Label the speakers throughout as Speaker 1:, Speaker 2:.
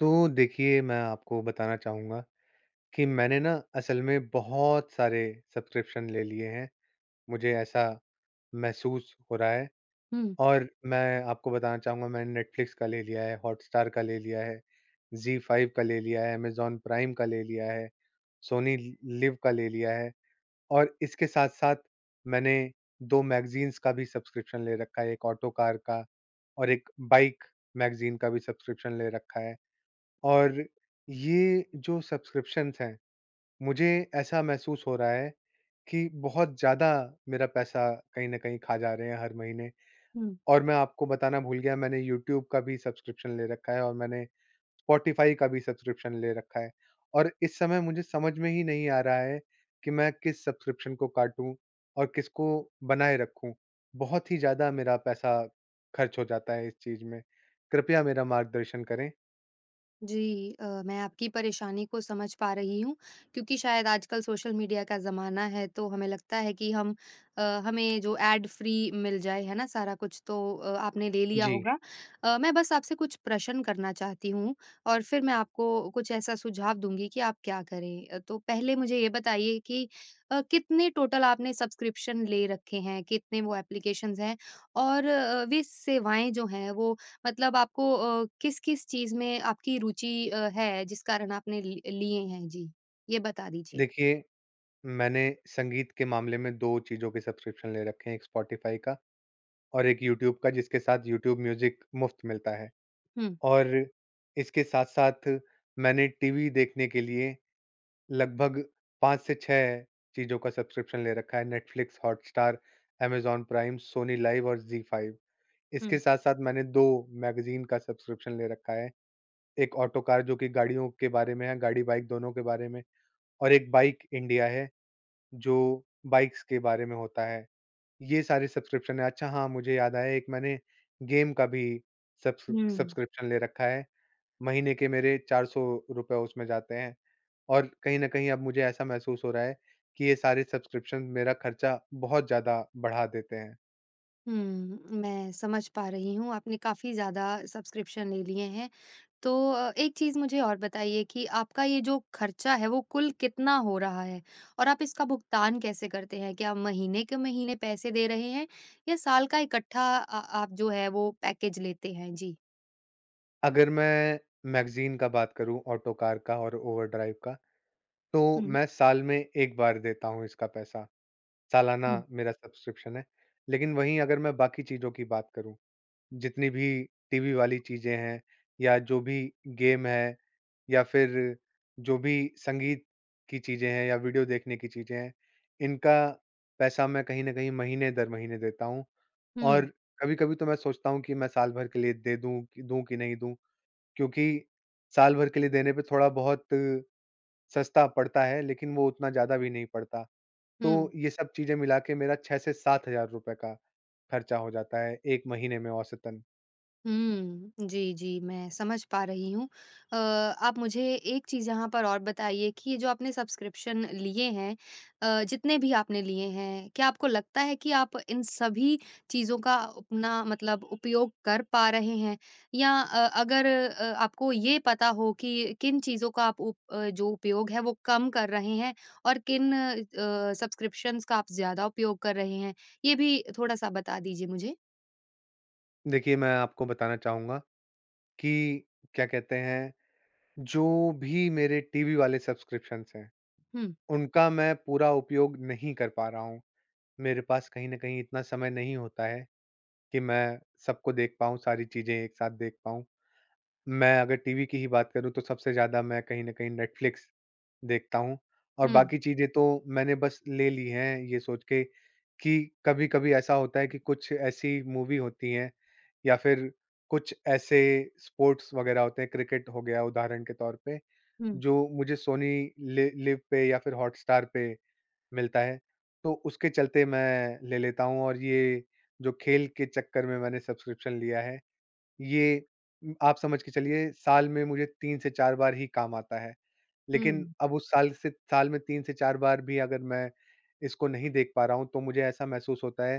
Speaker 1: तो देखिए, मैं आपको बताना चाहूँगा कि मैंने ना असल में बहुत सारे सब्सक्रिप्शन ले लिए हैं। मुझे ऐसा महसूस हो रहा है।
Speaker 2: हुँ,
Speaker 1: और मैं आपको बताना चाहूँगा, मैंने नेटफ्लिक्स का ले लिया है, हॉटस्टार का ले लिया है, ज़ी फाइव का ले लिया है, अमेज़न प्राइम का ले लिया है, सोनी लि लिव का ले लिया है और इसके साथ-साथ मैंने 2 मैगज़ीन्स का भी सब्सक्रिप्शन ले रखा है, एक ऑटो कार का और एक बाइक मैगज़ीन का भी सब्सक्रिप्शन ले रखा है। और ये जो सब्सक्रिप्शंस हैं, मुझे ऐसा महसूस हो रहा है कि बहुत ज़्यादा मेरा पैसा कहीं न कहीं खा जा रहे हैं हर महीने।
Speaker 2: हुँ।
Speaker 1: और मैं आपको बताना भूल गया, मैंने यूट्यूब का भी सब्सक्रिप्शन ले रखा है और मैंने स्पॉटिफ़ाई का भी सब्सक्रिप्शन ले रखा है। और इस समय मुझे समझ में ही नहीं आ रहा है कि मैं किस सब्सक्रिप्शन को काटूँ और किसको बनाए रखूँ। बहुत ही ज़्यादा मेरा पैसा खर्च हो जाता है इस चीज़ में। कृपया मेरा मार्गदर्शन करें।
Speaker 2: जी मैं आपकी परेशानी को समझ पा रही हूँ क्योंकि शायद आजकल सोशल मीडिया का ज़माना है तो हमें लगता है कि हमें जो एड फ्री मिल जाए, है ना? सारा कुछ तो आपने ले लिया
Speaker 1: जी,
Speaker 2: होगा। मैं बस आपसे कुछ प्रश्न करना चाहती हूँ और फिर मैं आपको कुछ ऐसा सुझाव दूँगी कि आप क्या करें। तो पहले मुझे ये बताइए कि कितने टोटल आपने सब्सक्रिप्शन ले रखे हैं? कितने वो एप्लीकेशंस हैं? और वे सेवाएँ जो हैं वो मतलब आपको किस-किस चीज़ में आपकी रुचि है जिस कारण आपने लि लिए हैं? जी, ये बता दीजिए।
Speaker 1: देखिए, मैंने संगीत के मामले में 2 चीज़ों के सब्सक्रिप्शन ले रखे हैं, एक स्पॉटिफ़ाई का और एक यूट्यूब का जिसके साथ यूट्यूब म्यूज़िक मुफ़्त मिलता है।
Speaker 2: हुँ,
Speaker 1: और इसके साथ-साथ मैंने टीवी देखने के लिए लगभग 5 से 6 चीज़ों का सब्सक्रिप्शन ले रखा है, Netflix, Hotstar, Amazon Prime, Sony LIV और ज़ी फाइव। इसके
Speaker 2: हुँ।
Speaker 1: साथ-साथ मैंने 2 मैगज़ीन का सब्सक्रिप्शन ले रखा है, एक ऑटोकार जो कि गाड़ियों के बारे में है, गाड़ी-बाइक दोनों के बारे में, और एक बाइक इंडिया है, जो बाइक्स के बारे में होता है। ये सारे सब्सक्रिप्शन हैं। अच्छा हाँ, मुझे याद आया, एक मैंने गेम का भी सब्स
Speaker 2: हुँ,
Speaker 1: सब्सक्रिप्शन ले रखा है। महीने के मेरे 400 रुपए उसमें जाते हैं और कहीं न कहीं अब मुझे ऐसा महसूस हो रहा है कि ये सारे सब्सक्रिप्शन मेरा खर्चा बहुत ज़्यादा बढ़ा देते हैं।
Speaker 2: हुँ, मैं समझ पा रही हूँ, आपने काफ़ी ज़्यादा सब्सक्रिप्शन ले लिए हैं। तो एक चीज़ मुझे और बताइए कि आपका ये जो खर्चा है वो कुल कितना हो रहा है? और आप इसका भुगतान कैसे करते हैं? क्या महीने के महीने पैसे दे रहे हैं या साल का इकट्ठा आप जो है वो पैकेज लेते हैं? जी।
Speaker 1: अगर मैं मैगज़ीन का बात करूँ, ऑटोकार का और ओवरड्राइव का, तो
Speaker 2: हुँ,
Speaker 1: मैं साल में 1 बार देता हूँ इसका पैसा। सालाना
Speaker 2: हुँ,
Speaker 1: मेरा सब्सक्रिप्शन है। लेकिन वहीं अगर मैं बाकी चीज़ों की बात करूँ, जितनी भी टीवी वाली चीज़ें हैं या जो भी गेम है या फिर जो भी संगीत की चीज़ें हैं या वीडियो देखने की चीज़ें हैं, इनका पैसा मैं कहीं न कहीं महीने दर महीने देता हूँ।
Speaker 2: हुँ,
Speaker 1: और कभी-कभी तो मैं सोचता हूँ कि मैं साल भर के लिए दे दूँ कि नहीं दूँ? क्योंकि साल भर के लिए देने पे थोड़ा-बहुत सस्ता पड़ता है, लेकिन वो उतना ज़्यादा भी नहीं पड़ता। तो
Speaker 2: हुँ।
Speaker 1: ये सब चीज़ें मिला के मेरा 6 से 7 हज़ार रुपए का खर्चा हो जाता है 1 महीने में औसतन।
Speaker 2: हुँ। जी, जी, मैं समझ पा रही हूँ। आप मुझे एक चीज़ यहाँ पर और बताइए कि ये जो आपने सब्सक्रिप्शन लिए हैं जितने भी आपने लिए हैं, क्या आपको लगता है कि आप इन सभी चीज़ों का अपना मतलब उपयोग कर पा रहे हैं? या अगर आपको ये पता हो कि किन चीज़ों का आप जो उपयोग है वो कम कर रहे हैं और किन सब्सक्रिप्शंस का आप ज़्यादा उपयोग कर रहे हैं? ये भी थोड़ा-सा बता दीजिए मुझे।
Speaker 1: देखिए, मैं आपको बताना चाहूँगा कि क्या कहते हैं, जो भी मेरे टीवी वाले सब्सक्रिप्शंस हैं,
Speaker 2: हुँ,
Speaker 1: उनका मैं पूरा उपयोग नहीं कर पा रहा हूँ। मेरे पास कहीं न कहीं इतना समय नहीं होता है कि मैं सबको देख पाऊँ, सारी चीज़ें एक साथ देख पाऊँ। मैं अगर टीवी की ही बात करूँ, तो सबसे ज़्यादा मैं कहीं न कहीं नेटफ्लिक्स देखता हूँ और
Speaker 2: हुँ,
Speaker 1: बाकी चीज़ें तो मैंने बस ले ली हैं, ये सोच के कि कभी-कभी ऐसा होता है कि कुछ ऐसी मूवी होती हैं या फिर कुछ ऐसे स्पोर्ट्स वगैरह होते हैं, क्रिकेट हो गया उदाहरण के तौर पे,
Speaker 2: हुँ,
Speaker 1: जो मुझे सोनी लि लिव पे या फिर हॉटस्टार पे मिलता है, तो उसके चलते मैं ले लेता हूँ। और ये जो खेल के चक्कर में मैंने सब्सक्रिप्शन लिया है, ये आप समझ के चलिए साल में मुझे 3 से 4 बार ही काम आता है। लेकिन
Speaker 2: हुँ।
Speaker 1: अब उस साल से साल में 3 से 4 बार भी अगर मैं इसको नहीं देख पा रहा हूँ, तो मुझे ऐसा महसूस होता है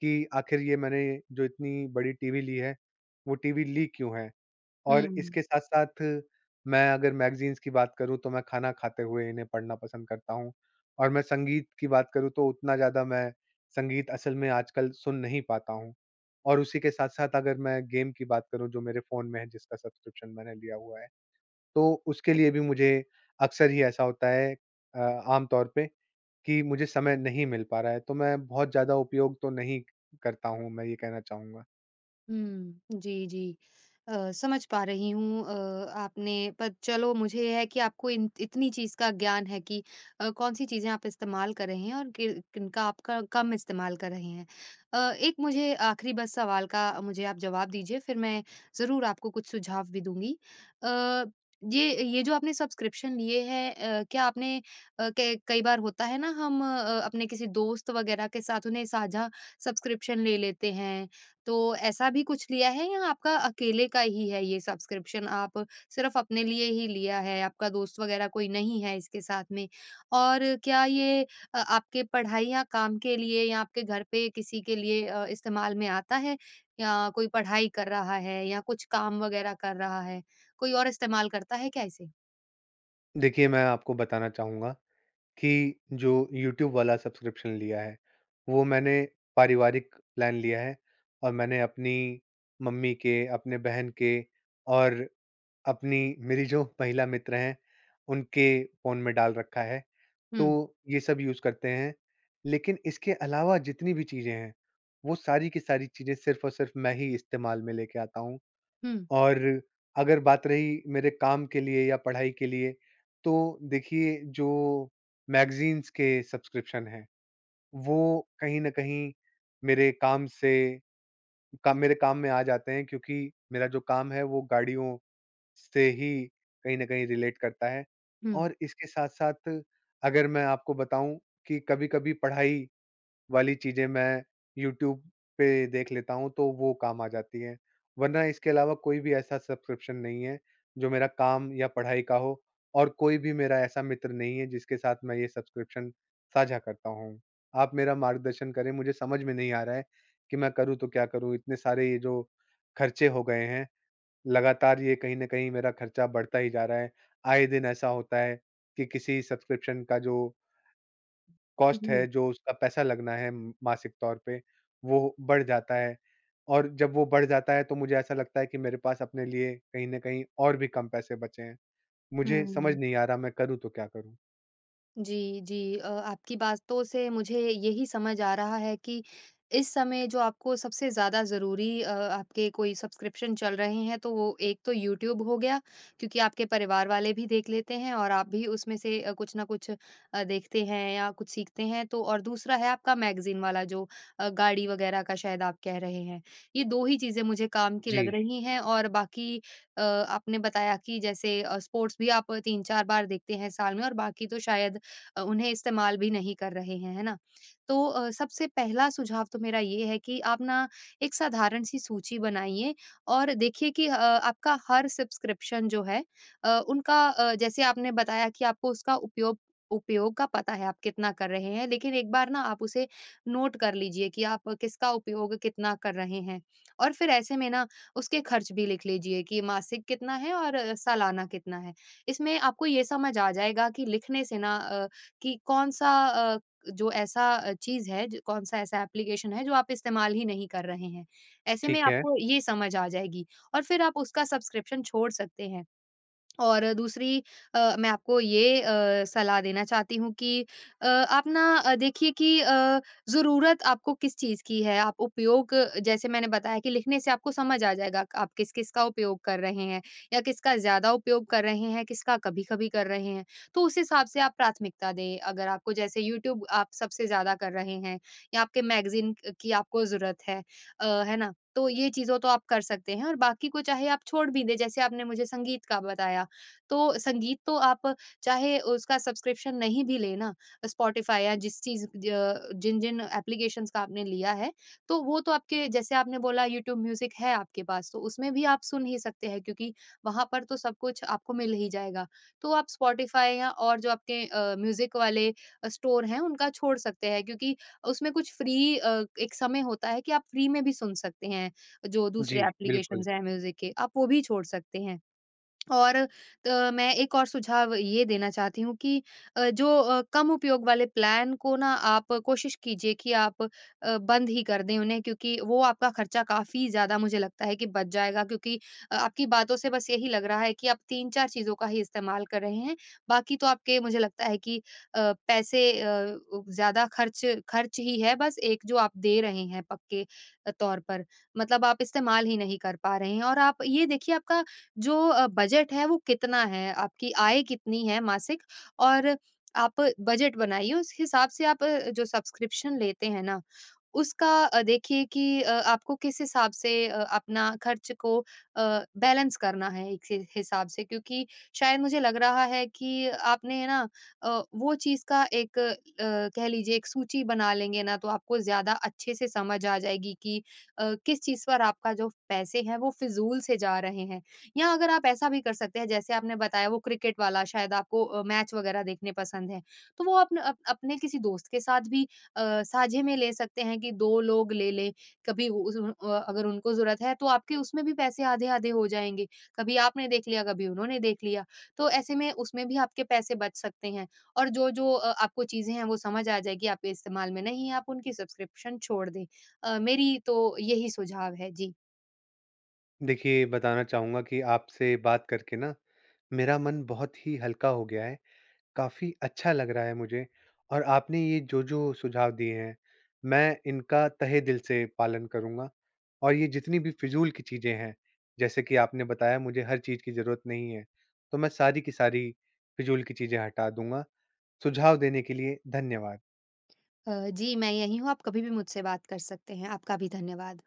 Speaker 1: कि आखिर ये मैंने जो इतनी बड़ी टीवी ली है, वो टीवी ली क्यों है? और
Speaker 2: हुँ,
Speaker 1: इसके साथ-साथ मैं अगर मैगज़ीन्स की बात करूँ, तो मैं खाना खाते हुए इन्हें पढ़ना पसंद करता हूँ। और मैं संगीत की बात करूँ तो उतना ज़्यादा मैं संगीत असल में आजकल सुन नहीं पाता हूँ। और उसी के साथ-साथ अगर मैं गेम की बात करूँ, जो मेरे फ़ोन में है जिसका सब्सक्रिप्शन मैंने लिया हुआ है, तो उसके लिए भी मुझे अक्सर ही ऐसा होता है, आम तौर पे कि मुझे समय नहीं मिल पा रहा है, तो मैं बहुत ज़्यादा उपयोग तो नहीं करता हूँ, मैं ये कहना चाहूँगा।
Speaker 2: हुँ। जी, जी। समझ पा रही हूँ आपने पर चलो मुझे ये है कि आपको इन इतनी चीज़ का ज्ञान है कि कौन-सी चीज़ें आप इस्तेमाल कर रहे हैं और कि किनका आप क कम इस्तेमाल कर रहे हैं। एक मुझे आखिरी बस सवाल का मुझे आप जवाब दीजिए फिर मैं ज़रूर आपको कुछ सुझाव भी दूँगी। अ, ये जो आपने सब्सक्रिप्शन लिए हैं क्या आपने अ, कै कई बार होता है ना अपने किसी दोस्त वग़ैरह के साथ उन्हें साझा सब्सक्रिप्शन ले लेते हैं तो ऐसा भी कुछ लिया है या आपका अकेले का ही है ये सब्सक्रिप्शन आप सिर्फ़ अपने लिए ही लिया है, आपका दोस्त वग़ैरह कोई नहीं है इसके साथ में? और क्या ये आपके पढ़ाई या काम के लिए या आपके घर पे किसी के लिए इस्तेमाल में आता है या कोई पढ़ाई कर रहा है या कुछ काम वग़ैरह कर रहा है? कोई और इस्तेमाल करता है क्या इसे?
Speaker 1: देखिए, मैं आपको बताना चाहूँगा कि जो यूट्यूब वाला सब्सक्रिप्शन लिया है, वो मैंने पारिवारिक प्लान लिया है और मैंने अपनी मम्मी के, अपने बहन के और अपनी मेरी जो महिला मित्र हैं, उनके फ़ोन में डाल रखा है,
Speaker 2: हुँ,
Speaker 1: तो ये सब यूज़ करते हैं। लेकिन इसके अलावा जितनी भी चीज़ें हैं, वो सारी की सारी चीज़ें सिर्फ़ और सिर्फ़ मैं ही इस्तेमाल में लेके आता हूँ।
Speaker 2: हुँ,
Speaker 1: और अगर बात रही मेरे काम के लिए या पढ़ाई के लिए, तो देखिए जो मैगज़ीन्स के सब्सक्रिप्शन हैं, वो कहीं न कहीं मेरे काम से मेरे काम में आ जाते हैं क्योंकि मेरा जो काम है वो गाड़ियों से ही कहीं न कहीं रिलेट करता है।
Speaker 2: हुँ।
Speaker 1: और इसके साथ-साथ अगर मैं आपको बताऊँ कि कभी-कभी पढ़ाई वाली चीज़ें मैं यूट्यूब पे देख लेता हूँ, तो वो काम आ जाती हैं। वरना इसके अलावा कोई भी ऐसा सब्सक्रिप्शन नहीं है, जो मेरा काम या पढ़ाई का हो और कोई भी मेरा ऐसा मित्र नहीं है, जिसके साथ मैं ये सब्सक्रिप्शन साझा करता हूँ। आप मेरा मार्गदर्शन करें, मुझे समझ में नहीं आ रहा है कि मैं करूँ तो क्या करूँ? इतने सारे ये जो खर्चे हो गए हैं, लगातार ये कहीं न कहीं मेरा खर्चा बढ़ता ही जा रहा है। आए दिन ऐसा होता है कि किसी सब्सक्रिप्शन का जो कॉस्ट है,
Speaker 2: जी,
Speaker 1: जो उसका पैसा लगना है मासिक तौर पे, वो बढ़ जाता है और जब वो बढ़ जाता है, तो मुझे ऐसा लगता है कि मेरे पास अपने लिए कहीं न कहीं और भी कम पैसे बचे हैं। मुझे समझ
Speaker 2: हुँ।
Speaker 1: नहीं आ रहा मैं करूँ तो क्या करूँ?
Speaker 2: जी, जी। आपकी बातों से मुझे यही समझ आ रहा है कि इस समय जो आपको सबसे ज़्यादा ज़रूरी आपके कोई सब्सक्रिप्शन चल रहे हैं, तो वो एक तो यूट्यूब हो गया, क्योंकि आपके परिवार वाले भी देख लेते हैं और आप भी उसमें से कुछ न कुछ देखते हैं या कुछ सीखते हैं। तो और दूसरा है आपका मैगज़ीन वाला जो गाड़ी वग़ैरह का शायद आप कह रहे हैं। ये 2 ही चीज़ें मुझे काम की लग
Speaker 1: जी,
Speaker 2: रही हैं और बाकी आपने बताया कि जैसे स्पोर्ट्स भी आप 3-4 बार देखते हैं साल में और बाकी तो शायद उन्हें इस्तेमाल भी नहीं कर रहे हैं, है ना? तो सबसे पहला सुझाव तो मेरा ये है कि आप ना एक साधारण सी सूची बनाइए और देखिए कि आपका हर सब्सक्रिप्शन जो है उनका जैसे आपने बताया कि आपको उसका उपयोग उपयोग का पता है, आप कितना कर रहे हैं, लेकिन एक बार ना आप उसे नोट कर लीजिए कि आप किसका उपयोग कितना कर रहे हैं और फिर ऐसे में ना उसके खर्च भी लिख लीजिए कि मासिक कितना है और सालाना कितना है। इसमें आपको ये समझ आ जाएगा कि लिखने से ना कि जो चीज़ है ज कौन-सा ऐसा एप्लीकेशन है जो आप इस्तेमाल ही नहीं कर रहे हैं। ऐसे में
Speaker 1: ठीक है।
Speaker 2: आपको ये समझ आ जाएगी और फिर आप उसका सब्सक्रिप्शन छोड़ सकते हैं। और दूसरी मैं आपको ये सलाह देना चाहती हूँ कि आप ना देखिए कि ज़रूरत आपको किस चीज़ की है, आप उपयोग जैसे मैंने बताया कि लिखने से आपको समझ आ जाएगा कि आप किस-किस का उपयोग कर रहे हैं या किसका ज़्यादा उपयोग कर रहे हैं, किसका कभी-कभी कर रहे हैं। तो उस हिसाब से आप प्राथमिकता दें, अगर आपको जैसे यूट्यूब आप सबसे ज़्यादा कर रहे हैं या आपके मैगज़ीन की आपको ज़रूरत है है ना? तो ये चीज़ों तो आप कर सकते हैं और बाकी को चाहे आप छोड़ भी दें, जैसे आपने मुझे संगीत का बताया तो संगीत तो आप चाहे उसका सब्सक्रिप्शन नहीं भी लें ना, स्पॉटिफ़ाई या जिस चीज़ ज जिन-जिन एप्लीकेशंस का आपने लिया है, तो वो तो आपके जैसे आपने बोला यूट्यूब म्यूज़िक है आपके पास, तो उसमें भी आप सुन ही सकते हैं क्योंकि वहाँ पर तो सब कुछ आपको मिल ही जाएगा। तो आप स्पॉटिफ़ाई या और जो आपके म्यूज़िक वाले स्टोर हैं, उनका छोड़ सकते हैं क्योंकि उसमें कुछ फ्री एक समय होता है कि आप फ्री में भी सुन सकते हैं, जो दूसरे
Speaker 1: जी, बिल्कुल।
Speaker 2: एप्लीकेशंस हैं म्यूज़िक के, आप वो भी छोड़ सकते हैं। और मैं एक और सुझाव ये देना चाहती हूँ कि जो कम उपयोग वाले प्लान को ना आप कोशिश कीजिए कि आप बंद ही कर दें उन्हें क्योंकि वो आपका खर्चा काफ़ी ज़्यादा मुझे लगता है कि बच जाएगा क्योंकि आपकी बातों से बस यही लग रहा है कि आप 3-4 चीज़ों का ही इस्तेमाल कर रहे हैं। बाकी तो आपके मुझे लगता है कि पैसे अ, उ ज़्यादा खर्च खर्च ही है बस एक जो आप दे रहे हैं पक्के तौर पर। मतलब आप इस्तेमाल ही नहीं कर पा रहे हैं और आप ये देखिए आपका जो बजट है वो कितना है, आपकी आय कितनी है मासिक और आप बजट बनाइए उस हिसाब से आप जो सब्सक्रिप्शन लेते हैं ना उसका देखिए कि आपको किस हिसाब से अपना खर्च को अ, बैलेंस करना है एक हिसाब से क्योंकि शायद मुझे लग रहा है कि आपने है ना वो चीज का एक कह लीजिए एक सूची बना लेंगे ना तो आपको ज्यादा अच्छे से समझ आ जाएगी कि किस चीज पर आपका जो पैसे हैं वो फिजूल से जा रहे हैं या अगर आप ऐसा भी कर सकते हैं जैसे आपने बताया वो क्रिकेट वाला शायद आपको मैच वगैरह देखने पसंद है तो वो अपने किसी दोस्त के साथ भी साझे में ले सकते हैं कि 2 लोग ले लें, कभी अगर उनको ज़रूरत है तो आपके उसमें भी पैसे आधे-आधे हो जाएँगे। कभी आपने देख लिया, कभी उन्होंने देख लिया, तो ऐसे में उसमें भी आपके पैसे बच सकते हैं और जो-जो आपको चीज़ें हैं वो समझ आ जाएगी, आपके इस्तेमाल में नहीं है, आप उनकी सब्सक्रिप्शन छोड़ दें। मेरी तो यही सुझाव है। जी।
Speaker 1: देखिए, बताना चाहूँगा कि आपसे बात करके ना मेरा मन बहुत ही हल्का हो गया है। काफ़ी अच्छा लग रहा है मुझे और आपने ये जो-जो सुझाव दिए हैं, मैं इनका तहे दिल से पालन करूँगा और ये जितनी भी फ़िज़ूल की चीज़ें हैं, जैसे कि आपने बताया मुझे हर चीज़ की ज़रूरत नहीं है, तो मैं सारी की सारी फ़िज़ूल की चीज़ें हटा दूँगा। सुझाव देने के लिए धन्यवाद।
Speaker 2: जी, मैं यहीं हूँ, आप कभी भी मुझसे बात कर सकते हैं। आपका भी धन्यवाद।